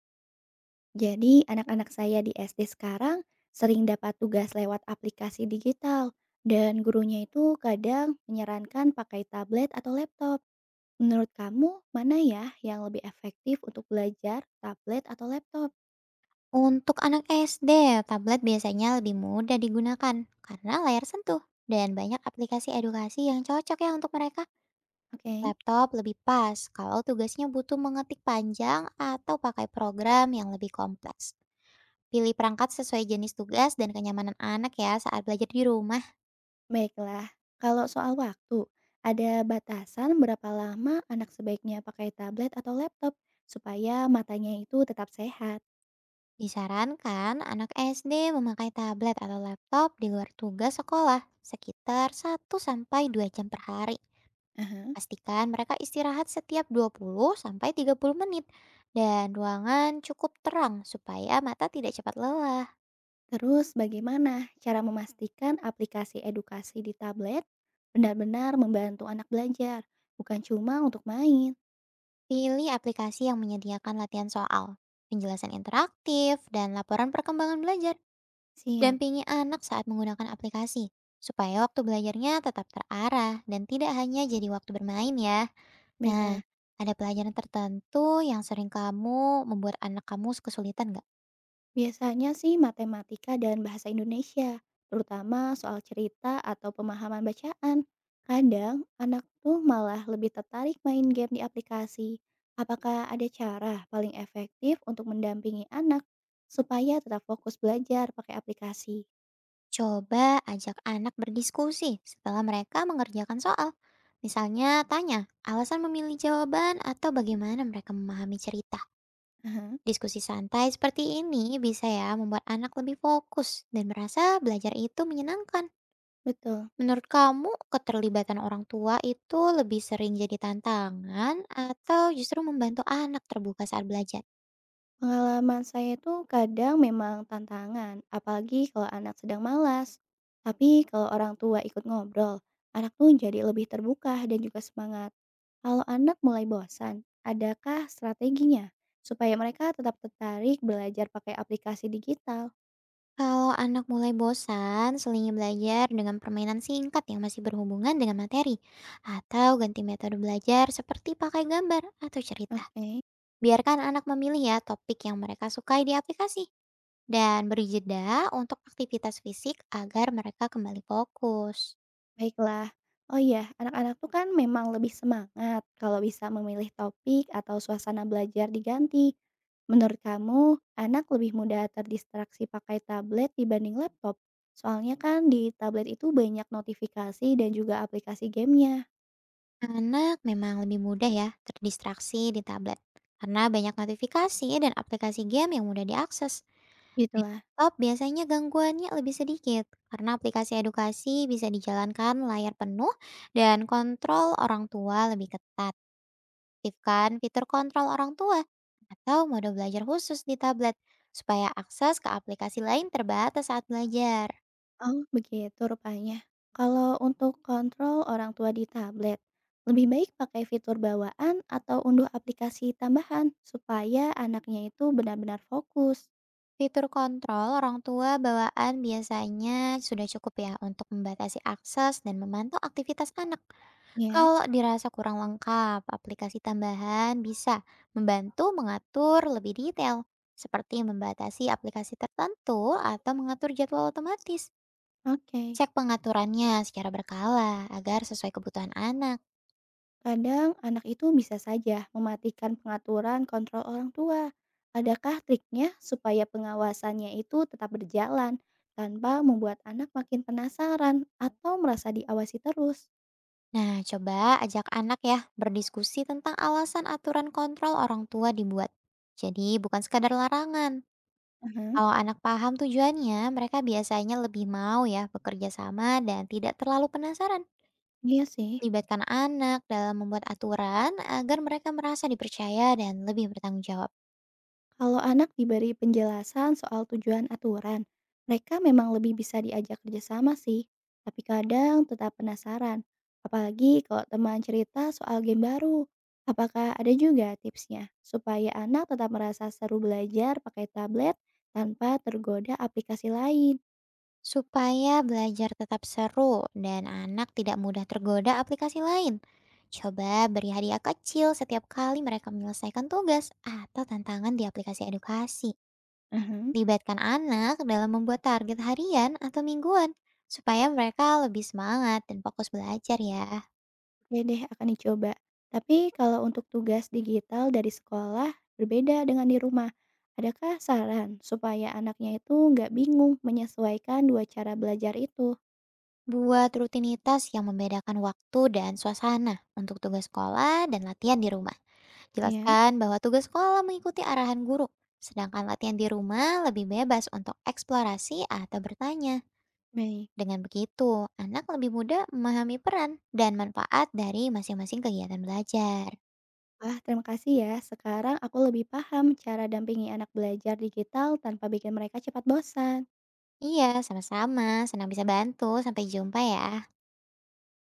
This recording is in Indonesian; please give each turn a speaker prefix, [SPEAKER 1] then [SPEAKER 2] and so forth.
[SPEAKER 1] Jadi, anak-anak saya di SD sekarang sering dapat tugas lewat aplikasi digital, dan gurunya itu kadang menyarankan pakai tablet atau laptop. Menurut kamu, mana ya yang lebih efektif untuk belajar, tablet atau laptop?
[SPEAKER 2] Untuk anak SD, tablet biasanya lebih mudah digunakan karena layar sentuh dan banyak aplikasi edukasi yang cocok ya untuk mereka.
[SPEAKER 1] Oke,
[SPEAKER 2] Laptop lebih pas kalau tugasnya butuh mengetik panjang atau pakai program yang lebih kompleks. Pilih perangkat sesuai jenis tugas dan kenyamanan anak ya saat belajar di rumah.
[SPEAKER 1] baiklah. Kalau soal waktu, ada batasan berapa lama anak sebaiknya pakai tablet atau laptop supaya matanya itu tetap sehat?
[SPEAKER 2] Disarankan anak SD memakai tablet atau laptop di luar tugas sekolah sekitar 1 sampai 2 jam per hari.
[SPEAKER 1] Aha.
[SPEAKER 2] Pastikan mereka istirahat setiap 20 sampai 30 menit dan ruangan cukup terang supaya mata tidak cepat lelah.
[SPEAKER 1] Terus bagaimana cara memastikan aplikasi edukasi di tablet benar-benar membantu anak belajar, bukan cuma untuk main?
[SPEAKER 2] Pilih aplikasi yang menyediakan latihan soal, penjelasan interaktif, dan laporan perkembangan belajar.
[SPEAKER 1] Siap.
[SPEAKER 2] Dampingi anak saat menggunakan aplikasi supaya waktu belajarnya tetap terarah dan tidak hanya jadi waktu bermain ya. Nah,
[SPEAKER 1] Baiklah,
[SPEAKER 2] ada pelajaran tertentu yang sering kamu membuat anak kamu kesulitan nggak?
[SPEAKER 1] biasanya sih matematika dan bahasa Indonesia, terutama soal cerita atau pemahaman bacaan. Kadang anak tuh malah lebih tertarik main game di aplikasi. Apakah ada cara paling efektif untuk mendampingi anak supaya tetap fokus belajar pakai aplikasi?
[SPEAKER 2] Coba ajak anak berdiskusi setelah mereka mengerjakan soal. Misalnya tanya alasan memilih jawaban atau bagaimana mereka memahami cerita.
[SPEAKER 1] Aha,
[SPEAKER 2] Diskusi santai seperti ini bisa ya membuat anak lebih fokus dan merasa belajar itu menyenangkan.
[SPEAKER 1] betul.
[SPEAKER 2] Menurut kamu, keterlibatan orang tua itu lebih sering jadi tantangan atau justru membantu anak terbuka saat belajar?
[SPEAKER 1] Pengalaman saya itu kadang memang tantangan, apalagi kalau anak sedang malas. Tapi kalau orang tua ikut ngobrol, anak tuh jadi lebih terbuka dan juga semangat. Kalau anak mulai bosan, adakah strateginya supaya mereka tetap tertarik belajar pakai aplikasi digital?
[SPEAKER 2] Kalau anak mulai bosan, selingi belajar dengan permainan singkat yang masih berhubungan dengan materi, atau ganti metode belajar seperti pakai gambar atau cerita.
[SPEAKER 1] Oke.
[SPEAKER 2] Biarkan anak memilih ya topik yang mereka sukai di aplikasi, dan beri jeda untuk aktivitas fisik agar mereka kembali fokus.
[SPEAKER 1] Baiklah. Oh iya, anak-anak tuh kan memang lebih semangat kalau bisa memilih topik atau suasana belajar diganti. Menurut kamu, anak lebih mudah terdistraksi pakai tablet dibanding laptop? Soalnya kan di tablet itu banyak notifikasi dan juga aplikasi gamenya,
[SPEAKER 2] Anak memang lebih mudah ya terdistraksi di tablet, karena banyak notifikasi dan aplikasi game yang mudah diakses.
[SPEAKER 1] gitu
[SPEAKER 2] Di
[SPEAKER 1] lah.
[SPEAKER 2] laptop biasanya gangguannya lebih sedikit, karena aplikasi edukasi bisa dijalankan layar penuh dan kontrol orang tua lebih ketat. Aktifkan fitur kontrol orang tua atau mode belajar khusus di tablet, supaya akses ke aplikasi lain terbatas saat belajar.
[SPEAKER 1] Oh, begitu rupanya. Kalau untuk kontrol orang tua di tablet, lebih baik pakai fitur bawaan atau unduh aplikasi tambahan supaya anaknya itu benar-benar fokus,
[SPEAKER 2] Fitur kontrol orang tua bawaan biasanya sudah cukup ya untuk membatasi akses dan memantau aktivitas anak.
[SPEAKER 1] ya.
[SPEAKER 2] Kalau dirasa kurang lengkap, aplikasi tambahan bisa membantu mengatur lebih detail, seperti membatasi aplikasi tertentu atau mengatur jadwal otomatis.
[SPEAKER 1] Oke,
[SPEAKER 2] Cek pengaturannya secara berkala agar sesuai kebutuhan anak.
[SPEAKER 1] kadang anak itu bisa saja mematikan pengaturan kontrol orang tua. Adakah triknya supaya pengawasannya itu tetap berjalan tanpa membuat anak makin penasaran atau merasa diawasi terus?
[SPEAKER 2] Nah, coba ajak anak ya berdiskusi tentang alasan aturan kontrol orang tua dibuat. Jadi, bukan sekadar larangan.
[SPEAKER 1] Aha,
[SPEAKER 2] Kalau anak paham tujuannya, mereka biasanya lebih mau ya bekerja sama dan tidak terlalu penasaran.
[SPEAKER 1] iya sih.
[SPEAKER 2] Libatkan anak dalam membuat aturan agar mereka merasa dipercaya dan lebih bertanggung jawab.
[SPEAKER 1] Kalau anak diberi penjelasan soal tujuan aturan, mereka memang lebih bisa diajak kerjasama sih, tapi kadang tetap penasaran. Apalagi kalau teman cerita soal game baru. Apakah ada juga tipsnya supaya anak tetap merasa seru belajar pakai tablet tanpa tergoda aplikasi lain?
[SPEAKER 2] Supaya belajar tetap seru dan anak tidak mudah tergoda aplikasi lain, coba beri hadiah kecil setiap kali mereka menyelesaikan tugas atau tantangan di aplikasi edukasi. Libatkan anak dalam membuat target harian atau mingguan supaya mereka lebih semangat dan fokus belajar ya.
[SPEAKER 1] Oke deh, akan dicoba. Tapi kalau untuk tugas digital dari sekolah berbeda dengan di rumah, adakah saran supaya anaknya itu nggak bingung menyesuaikan dua cara belajar itu?
[SPEAKER 2] Buat rutinitas yang membedakan waktu dan suasana untuk tugas sekolah dan latihan di rumah.
[SPEAKER 1] Ya,
[SPEAKER 2] Jelaskan bahwa tugas sekolah mengikuti arahan guru, sedangkan latihan di rumah lebih bebas untuk eksplorasi atau bertanya.
[SPEAKER 1] baik.
[SPEAKER 2] Dengan begitu, anak lebih mudah memahami peran dan manfaat dari masing-masing kegiatan belajar.
[SPEAKER 1] Wah, terima kasih ya. Sekarang aku lebih paham cara dampingi anak belajar digital tanpa bikin mereka cepat bosan.
[SPEAKER 2] Iya, sama-sama. Senang bisa bantu. Sampai jumpa ya.